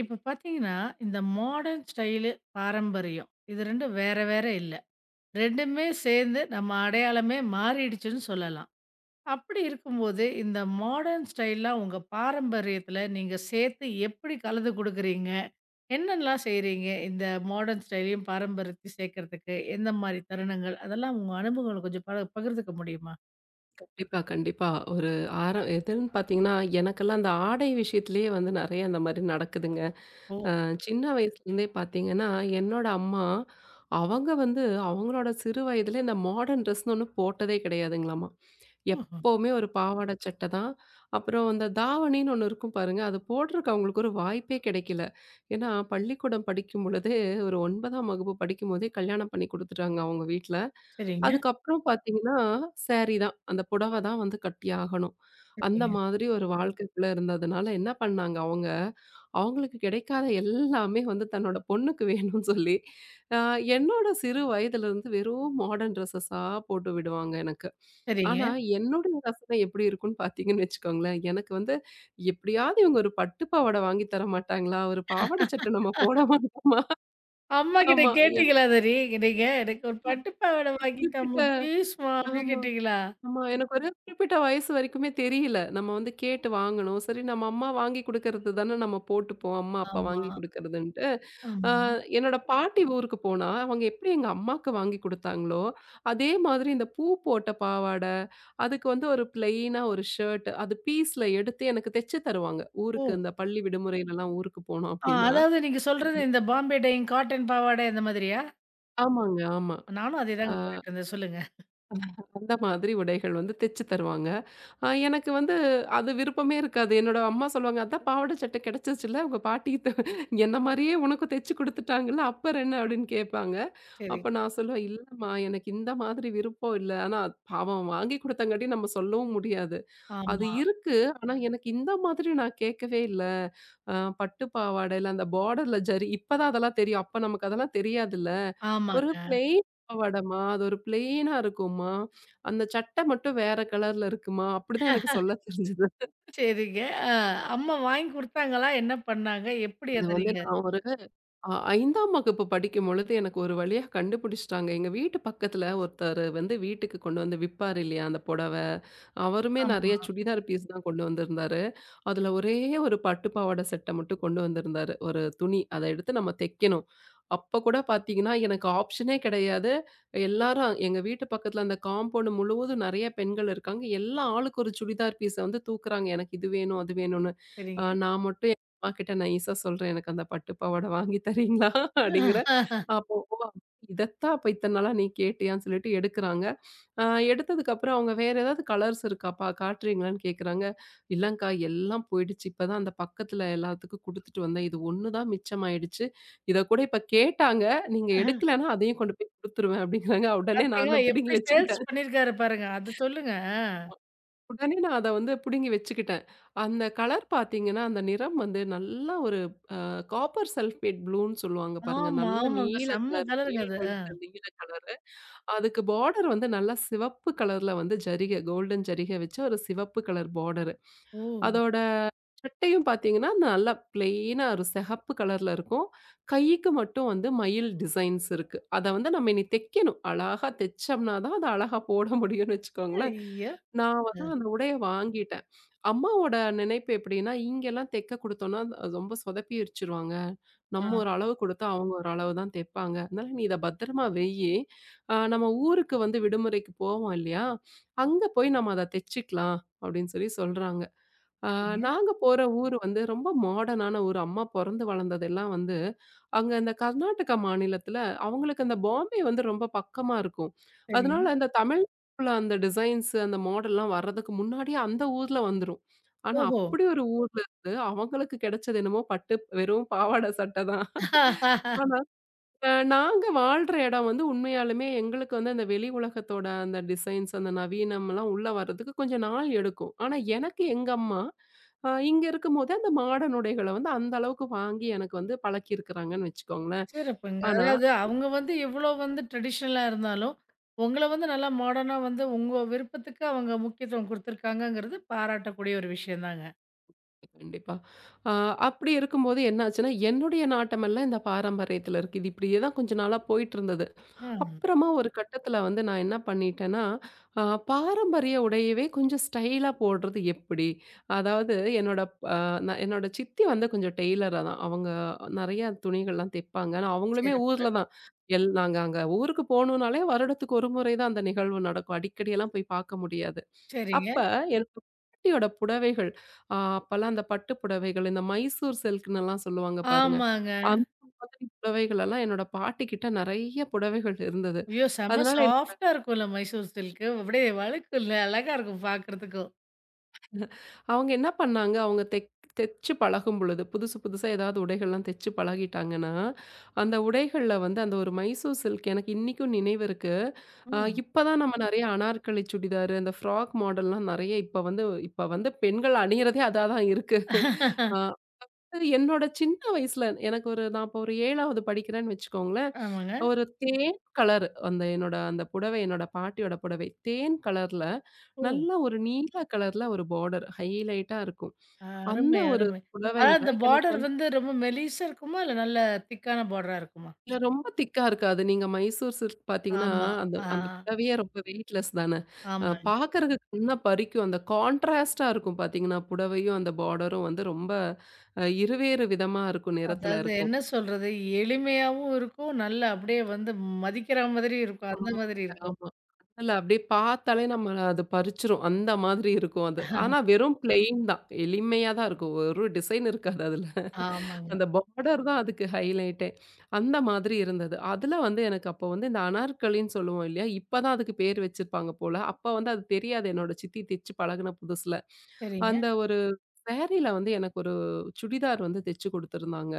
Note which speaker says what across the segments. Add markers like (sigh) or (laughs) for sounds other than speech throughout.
Speaker 1: இப்ப பார்த்தீங்கன்னா, இந்த மாடர்ன் ஸ்டைலு, பாரம்பரியம். இது 2ம் வேற வேற இல்ல. 2மே சேர்ந்து நம்ம அடையாளமே மாறிடுச்சுன்னு சொல்லலாம். அப்படி இருக்கும்போது, இந்த மாடர்ன் ஸ்டைல்லாம் உங்க பாரம்பரியத்துல நீங்க சேர்த்து எப்படி கலந்து குடுக்குறீங்க? என்னெல்லாம் செய்றீங்க? இந்த மாடர்ன் ஸ்டைலையும், பாரம்பரியத்தையும் சேர்க்கறதுக்கு எந்த மாரி தருணங்கள்? அதெல்லாம் உங்க அனுபவங்கள கொஞ்சம் பகிர்ந்துக்க முடியுமா?
Speaker 2: கண்டிப்பா, கண்டிப்பா. ஒரு ஆரம் எதுன்னு பார்த்தீங்கன்னா, எனக்கெல்லாம் அந்த ஆடை விஷயத்திலேயே வந்து நெறைய அந்த மாரி நடக்குதுங்க.
Speaker 1: ஓ!
Speaker 2: சின்ன வயசுலேருந்தே பார்த்தீங்கன்னா, என்னோட அம்மா, அவங்க வந்து அவங்களோட சிறு வயதிலே இந்த மாடர்ன் ட்ரெஸ்ன்னு ஒண்ணு போட்டதே கிடையாதுங்களாமா.
Speaker 1: ஓஹோ!
Speaker 2: எப்பவுமே ஒரு பாவாடை சட்டை தான். அப்புறம் அந்த தாவணின்னு ஒண்ணு இருக்கும் பாருங்க, அது போடுறக்கு அவங்களுக்கு ஒரு வாய்ப்பே கிடைக்கல. ஏன்னா, பள்ளிக்கூடம் படிக்கும் பொழுதே ஒரு 9ஆம் வகுப்பு படிக்கும்போதே கல்யாணம் பண்ணி குடுத்துட்டாங்க அவங்க வீட்ல.
Speaker 1: சரிங்க,
Speaker 2: அதுக்கப்புறம் பார்த்தீங்கன்னா, சாரி தான். அந்த புடவை தான் வந்து கட்டியாகணும். அந்த
Speaker 1: சரிங்க,
Speaker 2: மாதிரி ஒரு வாழ்க்கைக்குள்ள இருந்ததுனால என்ன பண்ணாங்க அவங்க அவங்களுக்கு கிடைக்காத எல்லாமே வந்து தன்னோட பொண்ணுக்கு வேணும்னு சொல்லி, அ என்னோட சிறு வயதிலிருந்து வெறும் மாடர்ன் ட்ரெஸஸா போட்டு விடுவாங்க எனக்கு.
Speaker 1: சரிங்க.
Speaker 2: ஆனா, என்னுடைய ரசனை எப்படி இருக்கும்னு பார்த்தீங்கன்னு வச்சுக்கோங்களேன், எனக்கு வந்து எப்படியாவது இவங்க ஒரு பட்டு பாவாடை வாங்கி தர மாட்டாங்களா? ஒரு பாவாடை சட்டை நம்ம போட மாட்டோமா?
Speaker 1: அம்மா கிட்ட
Speaker 2: ஆமா. எ
Speaker 1: கேட்டீங்களா அத நீங்க? "எனக்கு ஒரு பட்டு பாவாடை
Speaker 2: குறிப்பிட்ட
Speaker 1: வாங்கித்தாம்மா ப்ளீஸ்மா" அப்படின்னு
Speaker 2: ஆமா.
Speaker 1: கேட்டீங்களா?
Speaker 2: ஆமா. எனக்கு ஒரு குறிப்பிட்ட வயசு வரைக்குமே தெரியல. நம்ம வந்து கேட்டு வாங்கணும். சரி நம்ம அம்மா வாங்கி குடுக்கறது தானே நம்ம போட்டுப்போம். அம்மா, அப்பா
Speaker 1: ஆமா,
Speaker 2: வாங்கி குடுக்கறதுன்ட்டு. அ
Speaker 1: ஆமா.
Speaker 2: என்னோட பாட்டி ஊருக்கு போனா, அவங்க எப்படி எங்க அம்மாக்கு வாங்கி குடுத்தாங்களோ, அதே மாதிரி இந்த பூ போட்ட பாவாட, அதுக்கு வந்து ஒரு பிளெயினா ஒரு ஷர்ட், அது பீஸ்ல எடுத்து எனக்கு தெச்சு தருவாங்க.
Speaker 1: ஓ!
Speaker 2: ஊருக்கு இந்த பள்ளி விடுமுறையிலலாம் ஊருக்கு போனோம்
Speaker 1: ஆ
Speaker 2: அப்படின்னா.
Speaker 1: அதாவது நீங்க சொல்றது இந்த பாம்பே டையிங் காட்டன் பாவாடை அந்த மாதிரியா?
Speaker 2: ஆமாங்க. ஆமா.
Speaker 1: நானும் அதே
Speaker 2: அ
Speaker 1: தாங்க போட்டுட்டுருந்தேன். சொல்லுங்க.
Speaker 2: அந்த மாதிரி உடைகள் வந்து தெச்சு தருவாங்க. ஆ எனக்கு வந்து அது விருப்பமே இருக்காது. என்னோட அம்மா சொல்லுவாங்க, "அதான் பாவாடை சட்டை கிடைச்சிச்சுல்ல, உங்க பாட்டி என்ன மாரியே உனக்கும் தச்சு குடுத்துட்டாங்கல்ல, அப்புறம் என்ன?" அப்படின்னு கேட்பாங்க.
Speaker 1: சரிங்க.
Speaker 2: அப்ப நான் சொல்லுவேன், "இல்லம்மா, எனக்கு இந்த மாதிரி விருப்பம் இல்ல." ஆனா பாவம் வாங்கி குடுத்தங்காட்டி நம்ம சொல்லவும் முடியாது. அது
Speaker 1: ஆமா,
Speaker 2: இருக்கு. ஆனா, எனக்கு இந்த மாதிரி நான் கேட்கவே இல்ல. அ பட்டு பாவாடையில அந்த பார்டர்ல ஜரி இப்ப தான் அதெல்லாம் தெரியும். அப்ப நமக்கு அதெல்லாம் தெரியாதுல்ல. ஒரு
Speaker 1: ஆமாங்க.
Speaker 2: பிளெயின் பாவாடம்மா, அது ஒரு பிளெயினா இருக்கும்மா. அந்த சட்டை மட்டும் வேற கலர்ல இருக்குமா. அப்படிதான் எனக்கு சொல்ல தெரிஞ்சது.
Speaker 1: சரிங்க. அ அம்மா வாங்கி குடுத்தாங்களா? என்ன பண்ணாங்க? எப்படி
Speaker 2: அது
Speaker 1: அத
Speaker 2: வந்து
Speaker 1: நீங்க
Speaker 2: நான் ஒரு 5ஆம் வகுப்பு படிக்கும்பொழுது எனக்கு ஒரு வழியா கண்டுபிடிச்சுட்டாங்க. எங்க வீட்டு பக்கத்துல ஒருத்தரு வந்து வீட்டுக்கு கொண்டு வந்து விப்பாரு இல்லையா, அந்த புடவ. அவருமே
Speaker 1: ஆமா.
Speaker 2: நெறைய சுடிதார் பீஸ் தான் கொண்டு வந்திருந்தாரு. அதுல ஒரே ஒரு பட்டு பாவாட செட்ட மட்டும் கொண்டு வந்திருந்தாரு. ஒரு துணி. அத எடுத்து நம்ம தைக்கணும். அப்ப கூட பாத்தீங்கன்னா, எனக்கு ஆப்ஷனே கிடையாது. எல்லாரும் எங்க வீட்டு பக்கத்துல அந்த காம்பவுண்ட் முழுவதும் நெறைய பெண்கள் இருக்காங்க. எல்லா ஆளுக்கு ஒரு சுடிதார் பீஸ வந்து தூக்குறாங்க. எனக்கு இது வேணும், அது வேணும்னு.
Speaker 1: சரிங்க.
Speaker 2: நான் மட்டும் அம்மாகிட்ட நைஸா சொல்றேன், "எனக்கு அந்த பட்டு பாவாடை வாங்கி தர்றீங்களா?" அப்படிங்கிறேன்.
Speaker 1: (laughs)
Speaker 2: அப்போ இதத்தான் அப்ப இத்தன நாளா நீ கேட்டியான்னு சொல்லிட்டு எடுக்குறாங்க. அ எடுத்ததுக்கப்புறம் அவங்க வேற ஏதாவது கலர்ஸ் இருக்காப்பா காட்டுறீங்களான்னு கேட்குறாங்க. இல்லங்க்கா எல்லாம் போயிடுச்சு. இப்பதான் அந்த பக்கத்துல எல்லாத்துக்கும் குடுத்துட்டு வந்தேன். இது ஒண்ணு தான் மிச்சமாயிடுச்சு. இத கூட இப்ப கேட்டாங்க. நீங்க
Speaker 1: அஹ.
Speaker 2: எடுக்கலன்னா அதையும் கொண்டு போய் குடுத்துருவேன் அப்படிங்கிறாங்க. உடனே
Speaker 1: பார்த்தீங்களா?
Speaker 2: நானும் புடுங்கி
Speaker 1: எப்படி சேல்ஸ்
Speaker 2: வச்சுக்கிட்டேன்.
Speaker 1: பண்ணியிருக்காரு பாருங்க. அது சொல்லுங்க. ஆ.
Speaker 2: உடனே நான் அத வந்து புடுங்கி வச்சுக்கிட்டேன். அந்த கலர் பார்த்தீங்கன்னா, அந்த நிறம் வந்து நல்லா காப்பர் சல்பேட் ப்ளூன்னு சொல்லுவாங்க பாருங்க.
Speaker 1: ஆமா,
Speaker 2: நல்ல
Speaker 1: ஆமாங்க.
Speaker 2: நீல
Speaker 1: செம்ம
Speaker 2: கலர் நீல
Speaker 1: கலருங்க அது.
Speaker 2: கொழுத்த நீல கலரு. அதுக்கு பார்டர் வந்து நல்லா சிவப்பு கலர்ல வந்து ஜரிகை கோல்டன் ஜரிகை வச்சு ஒரு சிவப்பு கலர் பார்டரு.
Speaker 1: ஓ!
Speaker 2: அதோட சட்டையும் பார்த்தீங்கன்னா, நல்லா பிளெயினா ஒரு சிகப்பு கலர்ல இருக்கும். கைக்கு மட்டும் வந்து மயில் டிசைன்ஸ் இருக்கு. அத வந்து நம்ம இனி தைக்கணும். அழகா தைச்சோம்னா தான் அத அழகா போட முடியும்னு வச்சுக்கோங்களேன்.
Speaker 1: ஐயோ!
Speaker 2: நான் வந்து அந்த உடைய வாங்கிட்டேன். அம்மாவோட நினைப்பு எப்படின்னா, இங்கெல்லாம் தைக்க குடுத்தோம்னா ரொம்ப சொதப்பிருச்சுருவாங்க. நம்ம
Speaker 1: அ.
Speaker 2: ஒரு அளவு குடுத்தா, அவங்க ஒரு அளவு தான் தைப்பாங்க. அதனால நீ இத பத்திரமா வையி. நம்ம ஊருக்கு வந்து விடுமுறைக்கு போவோம் இல்லையா? அங்க போய் நம்ம அத தைச்சுக்கலாம் அப்படின்னு சொல்லி சொல்றாங்க. ஆ,
Speaker 1: சரிங்க,
Speaker 2: நாங்க போற ஊர் வந்து ரொம்ப மாடர்னான ஊர். அம்மா பொறந்து வளர்ந்ததெல்லாம் வந்து, அங்க இந்த கர்நாடகா மாநிலத்தில அவங்களுக்கு அந்த பாம்பே வந்து ரொம்ப பக்கமா இருக்கும். அதனால
Speaker 1: சரிங்க.
Speaker 2: அந்த தமிழ்ல அந்த டிசைன்ஸ் அந்த மாடல்லாம் வர்றதுக்கு முன்னாடியே அந்த ஊர்ல வந்துரும். ஆனா
Speaker 1: ஓஹோ!
Speaker 2: அப்படி ஒரு ஊர்ல இருந்து அவங்களுக்கு கிடைச்சது என்னமோ பட்டு வெறும் பாவாடை சட்டை தான். ஆனா இப்ப நாங்க வாழ்ற இடம் வந்து உண்மையாலுமே எங்களுக்கு வந்து அந்த வெளி உலகத்தோட அந்த டிசைன்ஸ், அந்த நவீனம்லாம் உள்ள வர்றதுக்கு கொஞ்சம் நாள் எடுக்கும். ஆனா எனக்கு எங்க அம்மா, இங்க இருக்கும்போதே அந்த மாடர்ன் உடைகள வந்து அந்த அளவுக்கு வாங்கி எனக்கு வந்து பழக்கியிருக்கிறாங்கன்னு வச்சுக்கோங்களேன்.
Speaker 1: சிறப்புங்க.
Speaker 2: ஆனா
Speaker 1: அதாவது அவங்க வந்து எவ்வளோ வந்து ட்ரெடிஷனலா இருந்தாலும், உங்கள வந்து நல்லா மாடர்னா வந்து உங்க விருப்பத்துக்கு அவங்க முக்கியத்துவம் குடுத்துருக்காங்கங்கிறது பாராட்டக்கூடிய ஒரு விஷயம் தாங்க.
Speaker 2: கண்டிப்பா. அ அப்படி இருக்கும்போது என்ன ஆச்சுன்னா, என்னுடைய நாட்டமெல்லாம் இந்த பாரம்பரியத்துல இருக்கு. இது இப்படியே தான் கொஞ்ச நாளா போயிட்டுருந்தது.
Speaker 1: ம்.
Speaker 2: அப்புறமா ஒரு கட்டத்துல வந்து நான் என்ன பண்ணிட்டேன்னா, அ பாரம்பரிய உடையவே கொஞ்சம் ஸ்டைலா போடுறது எப்படி? அதாவது என்னோட அ நான் என்னோட சித்தி வந்து கொஞ்சம் டெய்லரா தான். அவங்க நெறைய துணிகள்லாம் தெப்பாங்க. ஆனா அவங்களுமே
Speaker 1: சிறப்பு.
Speaker 2: ஊர்ல தான். நாங்க அங்க ஊருக்கு போணும்னாலே வருடத்துக்கு ஒரு முறை தான் அந்த நிகழ்வு நடக்கும். அடிக்கடியெல்லாம் போய் பார்க்க முடியாது. அப்ப
Speaker 1: சரிங்க.
Speaker 2: எனக்கு பாட்டியோட புடவைகள், அப்பலாம் அந்த பட்டு புடவைகள், இந்த மைசூர் சில்க்னுலாம் சொல்லுவாங்க பாருங்க.
Speaker 1: ஆமாங்க.
Speaker 2: அந்த மாதிரி புடவைகளெல்லாம் என்னோட பாட்டிக்கிட்ட நெறைய புடவைகள் இருந்தது.
Speaker 1: ஐயோ! செம்ம
Speaker 2: அதனால என்
Speaker 1: சாஃப்ட்டா இருக்கும்ல மைசூர் சில்க்கு. அப்படியே வழுக்கும்ல, அழகா இருக்கும் பார்க்கறதுக்கும்.
Speaker 2: அவங்க என்ன பண்ணாங்க, அவங்க தெச்சு பழகும் பொழுது, புதுசு புதுசா ஏதாவது உடைகள்லாம் தெச்சு பழகிட்டாங்கன்னா, அந்த உடைகள்ல வந்து அந்த ஒரு மைசூர் சில்க் எனக்கு இன்னிக்கும் நினைவு இருக்கு.
Speaker 1: ம்.
Speaker 2: இப்ப தான் நம்ம நெறைய அனார்கலி சுடிதாரு, அந்த ஃப்ராக் மாடல்லாம் நெறைய இப்ப வந்து இப்ப வந்து பெண்கள் அணியிறதே அதா தான் இருக்கு. அ
Speaker 1: (laughs)
Speaker 2: அது என்னோட சின்ன வயசுல எனக்கு ஒரு நான் இப்போ ஒரு 7வது படிக்கிறேன்னு வச்சுக்கோங்களேன்.
Speaker 1: ஆமாங்க.
Speaker 2: ஒரு தேன் கலர் அந்த என்னோட அந்த புடவை என்னோட பாட்டியோட புடவை. தேன் கலர்ல
Speaker 1: ஓ!
Speaker 2: நல்ல ஒரு நீல கலர்ல ஒரு பார்டர் ஹைலைட்டா இருக்கும். அந்த
Speaker 1: அருமை,
Speaker 2: ஒரு
Speaker 1: அருமை. அதான்
Speaker 2: புடவையில
Speaker 1: அந்த
Speaker 2: எனக்கு
Speaker 1: பார்டர்
Speaker 2: வந்து
Speaker 1: வந்து ரொம்ப மெலிசா இருக்குமா? இல்ல நல்ல திக்கான பார்டரா இருக்குமா?
Speaker 2: இல்ல ரொம்ப திக்கா இருக்காது. நீங்க மைசூர் சில்க் பார்த்தீங்கன்னா,
Speaker 1: ஆமா.
Speaker 2: அந்த
Speaker 1: ஆ.
Speaker 2: அந்த புடவையே ரொம்ப வெயிட்லெஸ் தானே.
Speaker 1: ஆமா.
Speaker 2: பார்க்கறதுக்கு கண்ண பறிக்கும். அந்த கான்ட்ராஸ்ட்டா இருக்கும் பார்த்தீங்கன்னா, புடவையும் அந்த பார்டரும் வந்து ரொம்ப இருவேறு விதமா இருக்கும் நிறத்துல
Speaker 1: அதாவது
Speaker 2: இருக்கும்.
Speaker 1: என்ன சொல்றது? எளிமையாவும் இருக்கும். நல்லா அப்படியே வந்து மதிக்கிற மாதிரி இருக்கும். அந்த
Speaker 2: ஆமாங்க,
Speaker 1: மாதிரி இருக்கும்.
Speaker 2: ஆமா. அதுல அப்படியே பார்த்தாலே நம்மள அது பறிச்சுரும். அந்த மாதிரி இருக்கும் அது. ஆனா வெறும் பிளெயின் தான். எளிமையா தான் இருக்கும். ஒரு டிசைன் இருக்காது அதுல.
Speaker 1: ஆமாங்க.
Speaker 2: அந்த பார்டர் தான் அதுக்கு ஹைலைட்டே. அந்த மாதிரி இருந்தது. அதுல வந்து எனக்கு அப்போ வந்து இந்த அனார்கலின்னு சொல்லுவோம் இல்லையா? இப்ப தான் அதுக்கு பேர் வச்சிருப்பாங்க போல. அப்ப வந்து அது தெரியாது. என்னோட சித்தி தச்சு பழகுன புதுசுல.
Speaker 1: சரிங்க.
Speaker 2: அந்த ஒரு சாரீல வந்து எனக்கு ஒரு சுடிதார் வந்து தச்சு குடுத்துருந்தாங்க.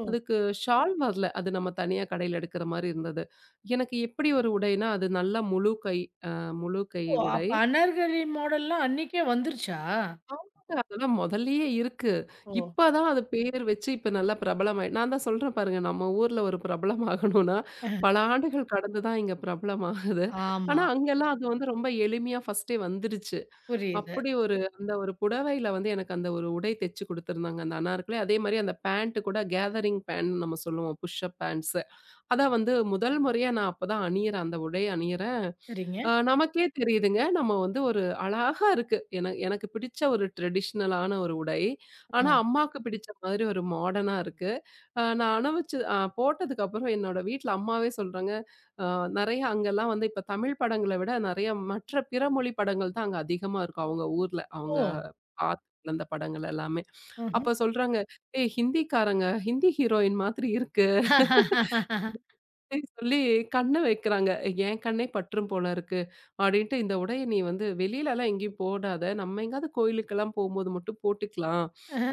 Speaker 1: ஓ!
Speaker 2: அதுக்கு ஷால் வரல. அது நம்ம தனியா கடையில எடுக்கிற மாரி இருந்தது. எனக்கு எப்படி ஒரு உடைனா, அது நல்லா முழு கை அ முழு கை
Speaker 1: ஓ!
Speaker 2: உடை.
Speaker 1: அப்ப அனார்கலி மாடல்லாம் அன்னைக்கே வந்துருச்சா?
Speaker 2: ஆமாங்க. அதெல்லாம் மொதல்லயே இருக்கு.
Speaker 1: ஓ!
Speaker 2: இப்ப தான் அது பேர் வச்சு இப்ப நல்லா பிரபலமாயி நான் தான் சொல்றேன் பாருங்க, நம்ம ஊர்ல ஒரு பிரபலம் ஆகணும்னா, பல ஆண்டுகள் கடந்து தான் இங்க பிரபலம் ஆகுது.
Speaker 1: ஆமா.
Speaker 2: ஆனா அங்கெல்லாம் அது வந்து ரொம்ப எளிமையா ஃபர்ஸ்ட்டே வந்துருச்சு.
Speaker 1: புரியுது.
Speaker 2: அப்படி ஒரு அந்த ஒரு புடவையில வந்து எனக்கு அந்த ஒரு உடை தச்சு குடுத்துருந்தாங்க. அந்த அனார்கலி. அதே மாரி அந்த பேண்ட் கூட கேதரிங் பேண்ட்ன்னு நம்ம சொல்லுவோம். Push up pants. அதான் வந்து முதல் முறையா நான் அப்பதான் அணியிறேன். அந்த உடை அணியிறேன்.
Speaker 1: சரிங்க.
Speaker 2: நமக்கே தெரியுதுங்க. நம்ம வந்து ஒரு அழகா இருக்கு. என எனக்கு பிடிச்ச ஒரு ட்ரெடிஷ்னலான ஒரு உடை.
Speaker 1: அ.
Speaker 2: ஆனா, அம்மாக்கு பிடிச்ச மாதிரி ஒரு மாடர்னா இருக்கு. நான் அணவிச்சு போட்டதுக்கு அப்புறம் என்னோட வீட்ல அம்மாவே சொல்றாங்க, அ நெறைய அங்கெல்லாம் வந்து இப்ப தமிழ் படங்கள விட நெறைய மற்ற பிற மொழி படங்கள் தான் அங்க அதிகமா இருக்கும். அவங்க ஊர்ல.
Speaker 1: ஓ!
Speaker 2: அவங்க பார்த்து வளர்ந்த படங்கள் எல்லாமே.
Speaker 1: ம்ஹ்ம்.
Speaker 2: அப்ப சொல்றாங்க, "ஏய் ஹிந்திக்காரங்க ஹிந்தி ஹீரோயின் மாதிரி இருக்கு." அப்படின்னு சொல்லி கண்ண வைக்கிறாங்க. என் கண்ணே பற்றும் போல இருக்கு. அப்படின்ட்டு இந்த உடைய நீ வந்து வெளியிலலாம் எங்கேயும் போடாத. நம்ம எங்கேயாவது கோயிலுக்கெல்லாம் போம்போது மட்டும் போட்டுக்கலாம்.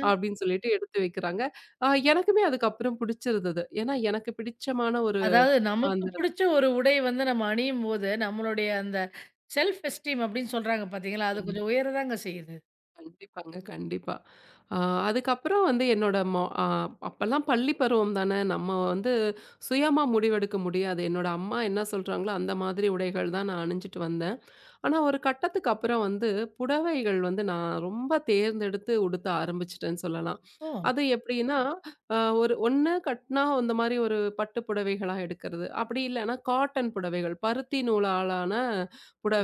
Speaker 2: அப்படின்னு சொல்லிட்டு எடுத்து வைக்கிறாங்க. அ எனக்குமே அதுக்கப்புறம் பிடிச்சிருந்தது. ஏன்னா எனக்கு பிடிச்சமான ஒரு
Speaker 1: அதாவது நமக்கு
Speaker 2: அந்த
Speaker 1: பிடிச்ச ஒரு உடை வந்து நம்ம அணியும்போது, நம்மளுடைய அந்த செல்ஃப் எஸ்டீம் அப்படின்னு சொல்றாங்க பார்த்தீங்களா? அது
Speaker 2: ம்.
Speaker 1: கொஞ்சம் உயர தாங்க செய்யுது.
Speaker 2: கண்டிப்பாங்க. கண்டிப்பா. அ அதுக்கப்புறம் வந்து என்னோட மொ அ அப்பலாம் பள்ளி பருவம் தானே. நம்ம வந்து சுயமா முடிவெடுக்க முடியாது. என்னோட அம்மா என்ன சொல்றாங்களோ அந்த மாதிரி உடைகள் தான் நான் அணிஞ்சுட்டு வந்தேன். ஆனா, ஒரு கட்டத்துக்கு அப்புறம் வந்து புடவைகள் வந்து நான் ரொம்ப தேர்ந்தெடுத்து உடுத்த ஆரம்பிச்சுட்டேன்னு சொல்லலாம்.
Speaker 1: ஓ!
Speaker 2: அது எப்படின்னா, அ ஒரு ஒண்ணு கட்னா இந்த மாரி ஒரு பட்டு புடவைகளா எடுக்கிறது. அப்படி இல்லன்னா, காட்டன் புடவைகள், பருத்தி நூலாலான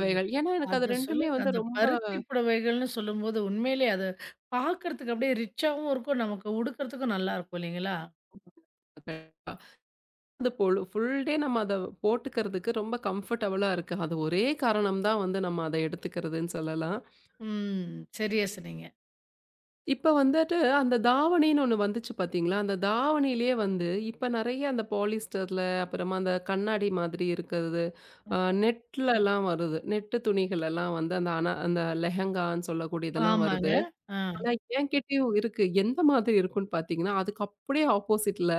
Speaker 1: ஐயோ!
Speaker 2: ஏன்னா, எனக்கு அது
Speaker 1: அத
Speaker 2: 2மே
Speaker 1: சொல்லுங்க.
Speaker 2: வந்து
Speaker 1: அந்த
Speaker 2: ரொம்ப
Speaker 1: பருத்தி புடவைகள்னு சொல்லும்போது உண்மையிலே அது பார்க்கறதுக்கு அப்படியே ரிச்சாவும் இருக்கும். நமக்கு உடுக்கறதுக்கும் நல்லா இருக்கும் இல்லைங்களா?
Speaker 2: அது பொழு ஃபுல் டே நம்ம அத போட்டுக்கிறதுக்கு ரொம்ப கம்ஃபர்டபுளா இருக்கு. அது ஒரே காரணம் தான் வந்து நம்ம அத எடுத்துக்கிறதுன்னு சொல்லலாம்.
Speaker 1: ம். சரியா சொன்னீங்க.
Speaker 2: இப்ப வந்துட்டு அந்த தாவணின்னு ஒண்ணு வந்துச்சு பார்த்தீங்களா? அந்த தாவணியிலேயே வந்து இப்ப நெறைய அந்த பாலிஸ்டர்ல, அப்புறமா அந்த கண்ணாடி மாதிரி இருக்கிறது, அ நெட்லலாம் வருது. நெட்டு துணிகள் எல்லாம் வந்து அந்த அந்த லெஹெங்கான்னு சொல்லக்கூடிய இதெல்லாம்
Speaker 1: ஆமாங்க.
Speaker 2: வருது.
Speaker 1: ஆ.
Speaker 2: ஆனா என்கிட்டயும் இருக்கு. எந்த மாதிரி இருக்குன்னு பார்த்தீங்கன்னா, அதுக்கு அப்படியே ஆப்போசிட்ல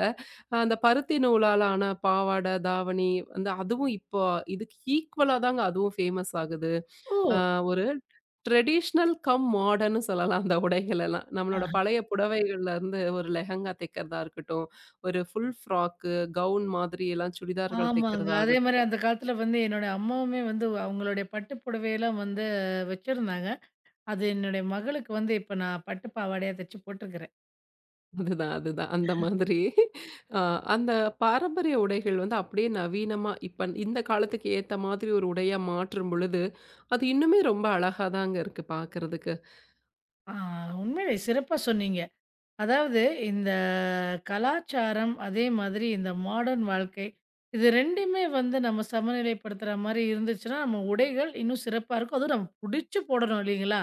Speaker 2: அந்த பருத்தி நூலால ஆன பாவாடை, தாவணி வந்து அதுவும் இப்போ இதுக்கு ஈக்குவலா தாங்க அதுவும் ஃபேமஸ் ஆகுது.
Speaker 1: ஓ!
Speaker 2: ஆ ஒரு ட்ரெடிஷ்னல் கம் மாடர்ன்னு சொல்லலாம் அந்த உடைகளெல்லாம். நம்மளோட
Speaker 1: ஆ.
Speaker 2: பழைய புடவைகள்லேருந்து ஒரு லெஹெங்கா தைக்கிறதா இருக்கட்டும், ஒரு ஃபுல் ஃப்ராக்கு, கவுன் மாதிரி எல்லாம் சுடிதார்கள்
Speaker 1: ஆமாங்க. அதே மாரி
Speaker 2: தைக்கிறதாகட்டும்.
Speaker 1: அந்த காலத்துல வந்து என்னோட அம்மாவுமே வந்து அவங்களுடைய பட்டு புடவையெல்லாம் வந்து வச்சிருந்தாங்க. அது என்னுடைய மகளுக்கு வந்து இப்ப நான் பட்டு பாவாடையா தச்சு போட்டுருக்கிறேன்.
Speaker 2: அதுதான், அதுதான். அந்த மாதிரி அ அந்த பாரம்பரிய உடைகள் வந்து அப்படியே நவீனமா இப்ப இந்த காலத்துக்கு ஏத்த மாதிரி ஒரு உடையா மாற்றும் பொழுது, அது இன்னுமே ரொம்ப அழகா தாங்க இருக்கு பார்க்கறதுக்கு.
Speaker 1: ஆ உண்மையிலே சிறப்பா சொன்னீங்க. அதாவது இந்த கலாச்சாரம், அதே மாதிரி இந்த மாடர்ன் வாழ்க்கை. இது 2யுமே வந்து நம்ம சமநிலைப்படுத்துற மாரி இருந்துச்சுன்னா, நம்ம உடைகள் இன்னும் சிறப்பா இருக்கும். அதுவும் நம்ம புடிச்சு போடணும் இல்லைங்களா?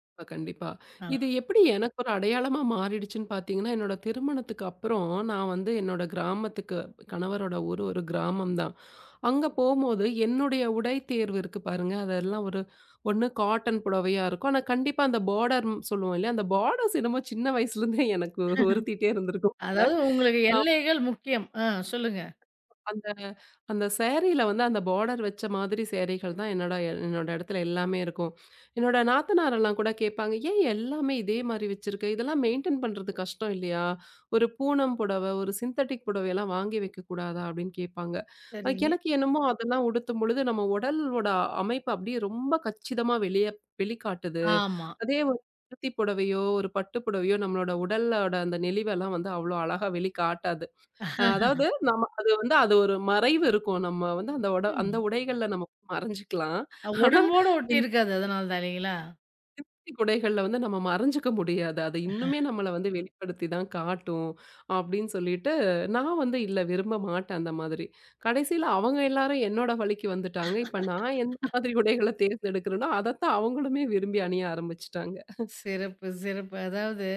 Speaker 2: கண்டிப்பா, கண்டிப்பா.
Speaker 1: ஆ.
Speaker 2: இது எப்படி எனக்கு ஒரு அடையாளமா மாறிடுச்சுன்னு பார்த்தீங்கன்னா, என்னோட திருமணத்துக்கு அப்புறம் நான் வந்து என்னோட கிராமத்துக்கு கணவரோட ஊரு ஒரு கிராமம் தான். அங்க போம்போது என்னுடைய உடை தேர்வு இருக்கு பாருங்க. அதெல்லாம் ஒரு ஒண்ணு காட்டன் புடவையா இருக்கும். ஆனா கண்டிப்பா அந்த பார்டர் சொல்லுவோம் இல்லையா? அந்த பார்டர்ஸ் என்னமோ சின்ன வயசுலேருந்தே எனக்கு உறுத்திட்டே இருந்திருக்கும் போல.
Speaker 1: அதாவது உங்களுக்கு எல்லைகள் முக்கியம். ஆ சொல்லுங்க.
Speaker 2: அந்த அந்த சாரீல வந்து அந்த பார்டர் வச்ச மாதிரி சேரீகள் தான் என்னோட என்னோட இடத்துல எல்லாமே இருக்கும். என்னோட நாத்தனாரெல்லாம் கூட கேட்பாங்க, "ஏன் எல்லாமே இதே மாரி வச்சிருக்க? இதெல்லாம் மெயின்டெயின் பண்றது கஷ்டம் இல்லையா? ஒரு பூனம் புடவை, ஒரு சிந்தெடிக் புடவையெல்லாம் வாங்கி வைக்கக்கூடாதா?" அப்படின்னு கேட்பாங்க.
Speaker 1: சரிங்க.
Speaker 2: எனக்கு என்னமோ அதெல்லாம் உடுத்தும் பொழுது நம்ம உடலோட அமைப்பு அப்படியே ரொம்ப கச்சிதமா வெளிய வெளிக்காட்டுது.
Speaker 1: ஆமா.
Speaker 2: அதே ஒரு பருத்தி புடவையோ, ஒரு பட்டு புடவையோ நம்மளோட உடலோட அந்த நெளிவெல்லாம் வந்து அவ்வளோ அழகா வெளிக்காட்டாது. அதாவது நம்ம அது வந்து அது ஒரு மறைவு இருக்கும். நம்ம வந்து அந்த
Speaker 1: ம்.
Speaker 2: உடைகள்ல நம்ம மறைஞ்சுக்கலாம்.
Speaker 1: அ,
Speaker 2: ஆனா,
Speaker 1: உடம்போட
Speaker 2: இந்த
Speaker 1: ஒட்டியிருக்காது. அதனால தான் இல்லைங்களா?
Speaker 2: பிளாஸ்டிக் உடைகள்ல வந்து நம்ம மறைஞ்சுக்க முடியாது. அது இன்னுமே நம்மள வந்து வெளிப்படுத்தி தான் காட்டும். அப்படின்னு சொல்லிட்டு நான் வந்து இல்ல விரும்ப மாட்டேன் அந்த மாதிரி. கடைசியில அவங்க எல்லாரும் என்னோட வழிக்கு வந்துட்டாங்க. இப்ப நான் எந்த மாதிரி உடைகள தேர்ந்தெடுக்கிறேனோ, அதத்தான் அவங்களுமே விரும்பி அணிய ஆரம்பிச்சுட்டாங்க.
Speaker 1: சிறப்பு, சிறப்பு. அதாவது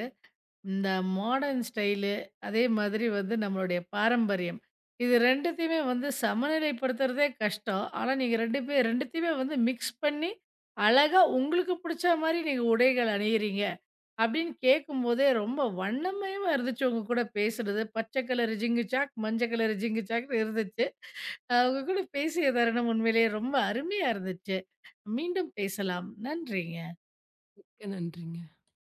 Speaker 1: இந்த மாடர்ன் ஸ்டைலு, அதே மாதிரி வந்து நம்மளுடைய பாரம்பரியம். இது 2த்தையுமே வந்து சமநிலைப்படுத்துறதே கஷ்டம். ஆனா, நீங்க 2 பே 2த்தையுமே வந்து மிக்ஸ் பண்ணி, அழகா உங்களுக்கு புடிச்ச மாரி நீங்க உடைகள் அணியிறீங்க. அப்படின்னு கேட்கும்போதே ரொம்ப வண்ணமயமா இருந்துச்சு உங்க கூட பேசுனது. பச்சை கலர் ஜிங்கு சாக், மஞ்சள் கலர் ஜிங்கு சாக்ன்னு இருந்துச்சு. உங்க கூட பேசிய தருணம் உண்மையிலேயே ரொம்ப அருமையா இருந்துச்சு. மீண்டும் பேசலாம். நன்றிங்க.
Speaker 2: மிக்க நன்றிங்க.